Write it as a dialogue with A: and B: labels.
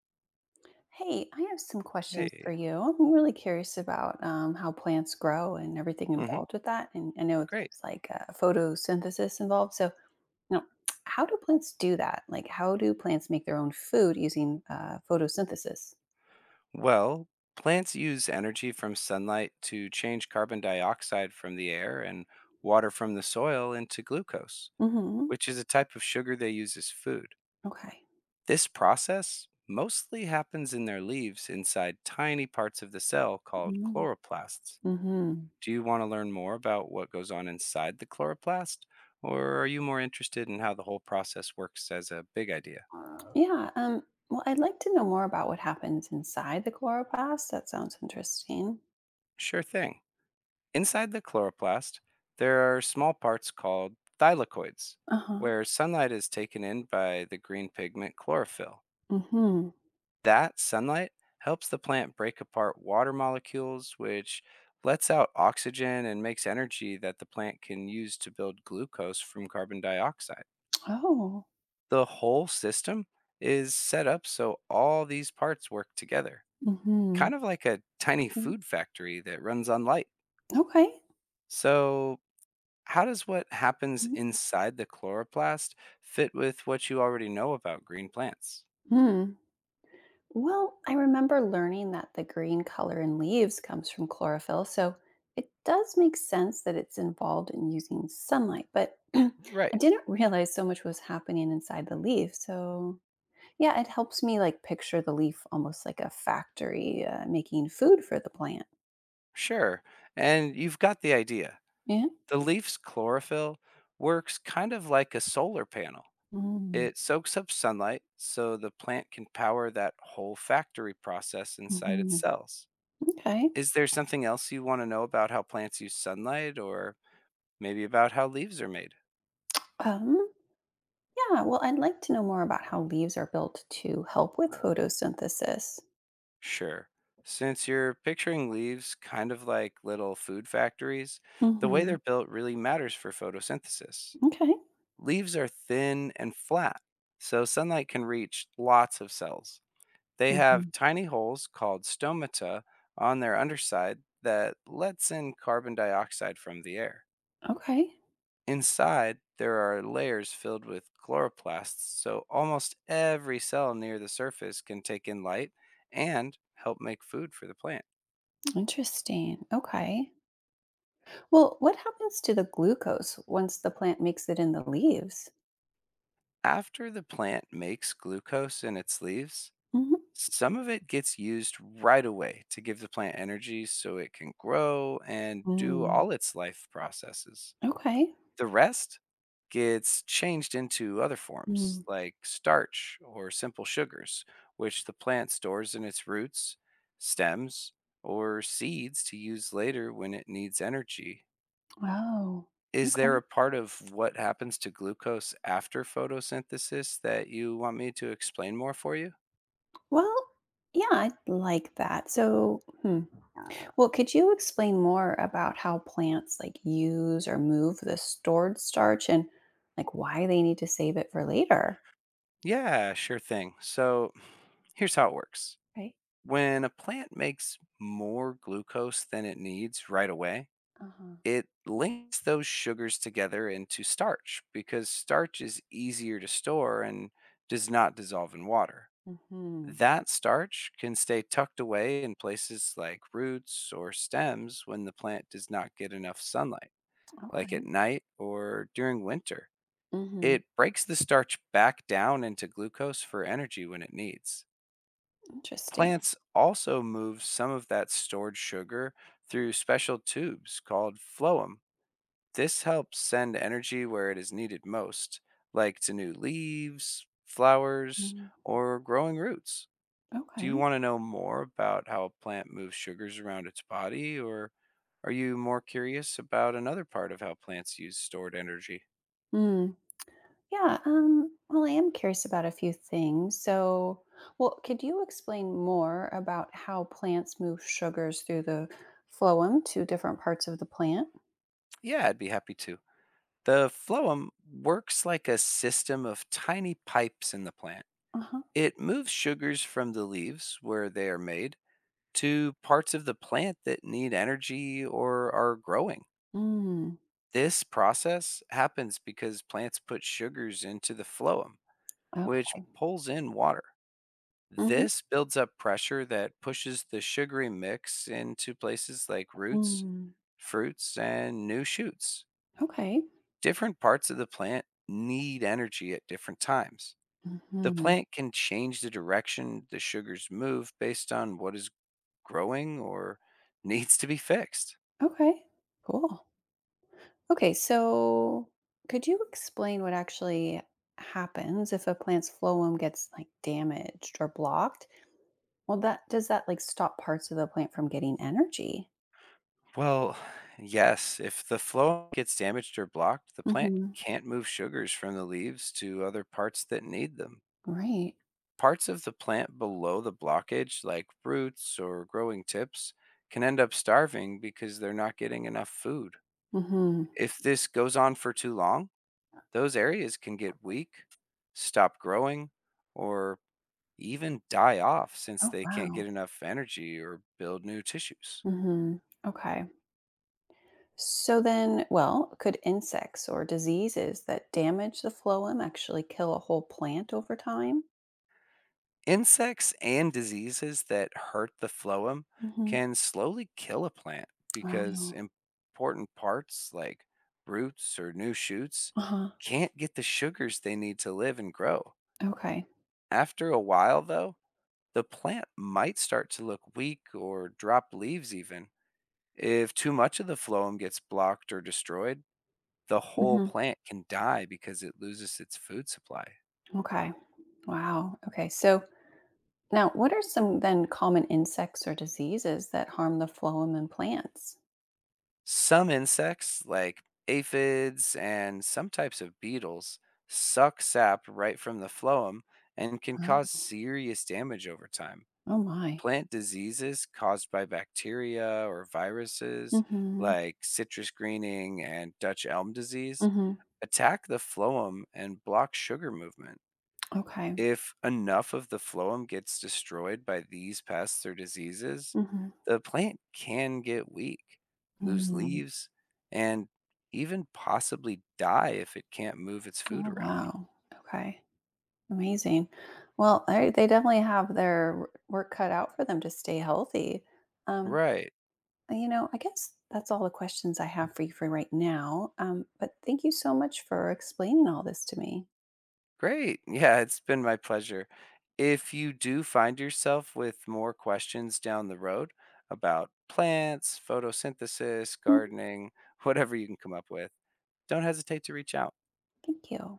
A: Hey, I have some questions
B: Hey.
A: for you. I'm really curious about how plants grow and everything
B: Hmm.
A: involved with that. And I know
B: Great.
A: it's like photosynthesis involved. You know, how do plants do that? Like, how do plants make their own food using photosynthesis?
B: Well, plants use energy from sunlight to change carbon dioxide from the air and water from the soil into glucose,
A: Hmm.
B: which is a type of sugar they use as food.
A: Okay.
B: This process mostly happens in their leaves inside tiny parts of the cell called chloroplasts.
A: Mm-hmm.
B: Do you want to learn more about what goes on inside the chloroplast, or are you more interested in how the whole process works as a big idea?
A: Yeah. Well, I'd like to know more about what happens inside the chloroplast. That sounds interesting.
B: Sure thing. Inside the chloroplast, there are small parts called thylakoids,
A: Uh huh.
B: where sunlight is taken in by the green pigment chlorophyll.
A: Mm-hmm.
B: That sunlight helps the plant break apart water molecules, which lets out oxygen and makes energy that the plant can use to build glucose from carbon dioxide.
A: Oh.
B: The whole system is set up so all these parts work together,
A: Mm-hmm.
B: kind of like a tiny
A: Mm-hmm.
B: food factory that runs on light.
A: Okay.
B: So, how does what happens inside the chloroplast fit with what you already know about green plants?
A: Mm-hmm. Well, I remember learning that the green color in leaves comes from chlorophyll, so it does make sense that it's involved in using sunlight, but I
B: Right,
A: didn't realize so much was happening inside the leaf. So, yeah, it helps me like picture the leaf almost like a factory making food for the plant.
B: sure. And you've got the idea.
A: Yeah.
B: The leaf's chlorophyll works kind of like a solar panel.
A: Mm-hmm.
B: It soaks up sunlight so the plant can power that whole factory process inside its cells.
A: Okay.
B: Is there something else you want to know about how plants use sunlight, or maybe about how leaves are made?
A: Um, yeah, well, I'd like to know more about how leaves are built to help with photosynthesis.
B: Sure. Since you're picturing leaves kind of like little food factories, the way they're
A: Hmm.
B: built really matters for photosynthesis.
A: Okay.
B: Leaves are thin and flat, so sunlight can reach lots of cells. They have
A: Hmm.
B: tiny holes called stomata on their underside that lets in carbon dioxide from the air.
A: Okay.
B: Inside, there are layers filled with chloroplasts, so almost every cell near the surface can take in light and help make food for the plant.
A: Interesting. Okay. Well, what happens to the glucose once the plant makes it in the leaves?
B: After the plant makes glucose in its leaves,
A: Hmm.
B: some of it gets used right away to give the plant energy so it can grow and do
A: Mm,
B: all its life processes.
A: okay.
B: The rest gets changed into other forms
A: Mm.
B: like starch or simple sugars, which the plant stores in its roots, stems, or seeds to use later when it needs energy.
A: Wow.
B: Is there a
A: Okay.
B: part of what happens to glucose after photosynthesis that you want me to explain more for you?
A: Well, yeah, I like that. So, hmm. Well, could you explain more about how plants like use or move the stored starch and like why they need to save it for later?
B: Yeah, sure thing. So here's how it works.
A: Right.
B: When a plant makes more glucose than it needs right away,
A: Uh huh.
B: it links those sugars together into starch because starch is easier to store and does not dissolve in water.
A: Mm-hmm.
B: That starch can stay tucked away in places like roots or stems when the plant does not get enough sunlight, like at
A: Okay.
B: night or during winter.
A: Mm-hmm.
B: It breaks the starch back down into glucose for energy when it needs.
A: Interesting.
B: Plants also move some of that stored sugar through special tubes called phloem. This helps send energy where it is needed most, like to new leaves, flowers,
A: Mm.
B: or growing roots. Do
A: Okay.
B: you want to know more about how a plant moves sugars around its body, or are you more curious about another part of how plants use stored energy?
A: Mm. Yeah, well, I am curious about a few things. So, well, could you explain more about how plants move sugars through the phloem to different parts of the plant?
B: Yeah, I'd be happy to. The phloem works like a system of tiny pipes in the plant.
A: Uh-huh.
B: It moves sugars from the leaves where they are made to parts of the plant that need energy or are growing.
A: Mm,
B: This process happens because plants put sugars into the phloem,
A: okay.
B: which pulls in water.
A: Hmm.
B: This builds up pressure that pushes the sugary mix into places like roots,
A: Mm,
B: fruits, and new shoots.
A: okay.
B: Different parts of the plant need energy at different times. The
A: Hmm.
B: plant can change the direction the sugars move based on what is growing or needs to be fixed.
A: Okay. Cool. Okay, so could you explain what actually happens if a plant's phloem gets like damaged or blocked? Well, that does that like stop parts of the plant from getting energy?
B: Well, yes, if the flow gets damaged or blocked, the plant
A: Hmm.
B: can't move sugars from the leaves to other parts that need them.
A: Right.
B: Parts of the plant below the blockage, like roots or growing tips, can end up starving because they're not getting enough food.
A: Mhm.
B: If this goes on for too long, those areas can get weak, stop growing, or even die off since
A: Oh,
B: they can't
A: wow.
B: get enough energy or build new tissues.
A: Mhm. Okay. So then, well, could insects or diseases that damage the phloem actually kill a whole plant over time?
B: Insects and diseases that hurt the phloem
A: Mhm.
B: can slowly kill a plant because
A: Wow.
B: important parts like roots or new shoots
A: Uh-huh.
B: can't get the sugars they need to live and grow.
A: Okay.
B: After a while, though, the plant might start to look weak or drop leaves. Even if too much of the phloem gets blocked or destroyed, the whole
A: Mhm.
B: plant can die because it loses its food supply.
A: Okay. Wow. Okay. So now, what are some then common insects or diseases that harm the phloem in plants?
B: Some insects, like aphids and some types of beetles, suck sap right from the phloem and can cause
A: Oh,
B: serious damage over time.
A: oh my.
B: Plant diseases caused by bacteria or viruses,
A: Mhm.
B: like citrus greening and Dutch elm disease,
A: Mhm.
B: attack the phloem and block sugar movement.
A: Okay.
B: If enough of the phloem gets destroyed by these pests or diseases,
A: Mhm.
B: the plant can get weak, lose
A: Mm.
B: leaves, and even possibly die if it can't move its food
A: Oh
B: around.
A: wow. Okay. Amazing. Well, I they definitely have their work cut out for them to stay healthy. Um,
B: Right.
A: and, you know, I guess that's all the questions I have for you for right now, but thank you so much for explaining all this to me.
B: Great. Yeah, it's been my pleasure. If you do find yourself with more questions down the road about plants, photosynthesis,
A: Mhm,
B: gardening, whatever you can come up with, don't hesitate to reach out.
A: thank you.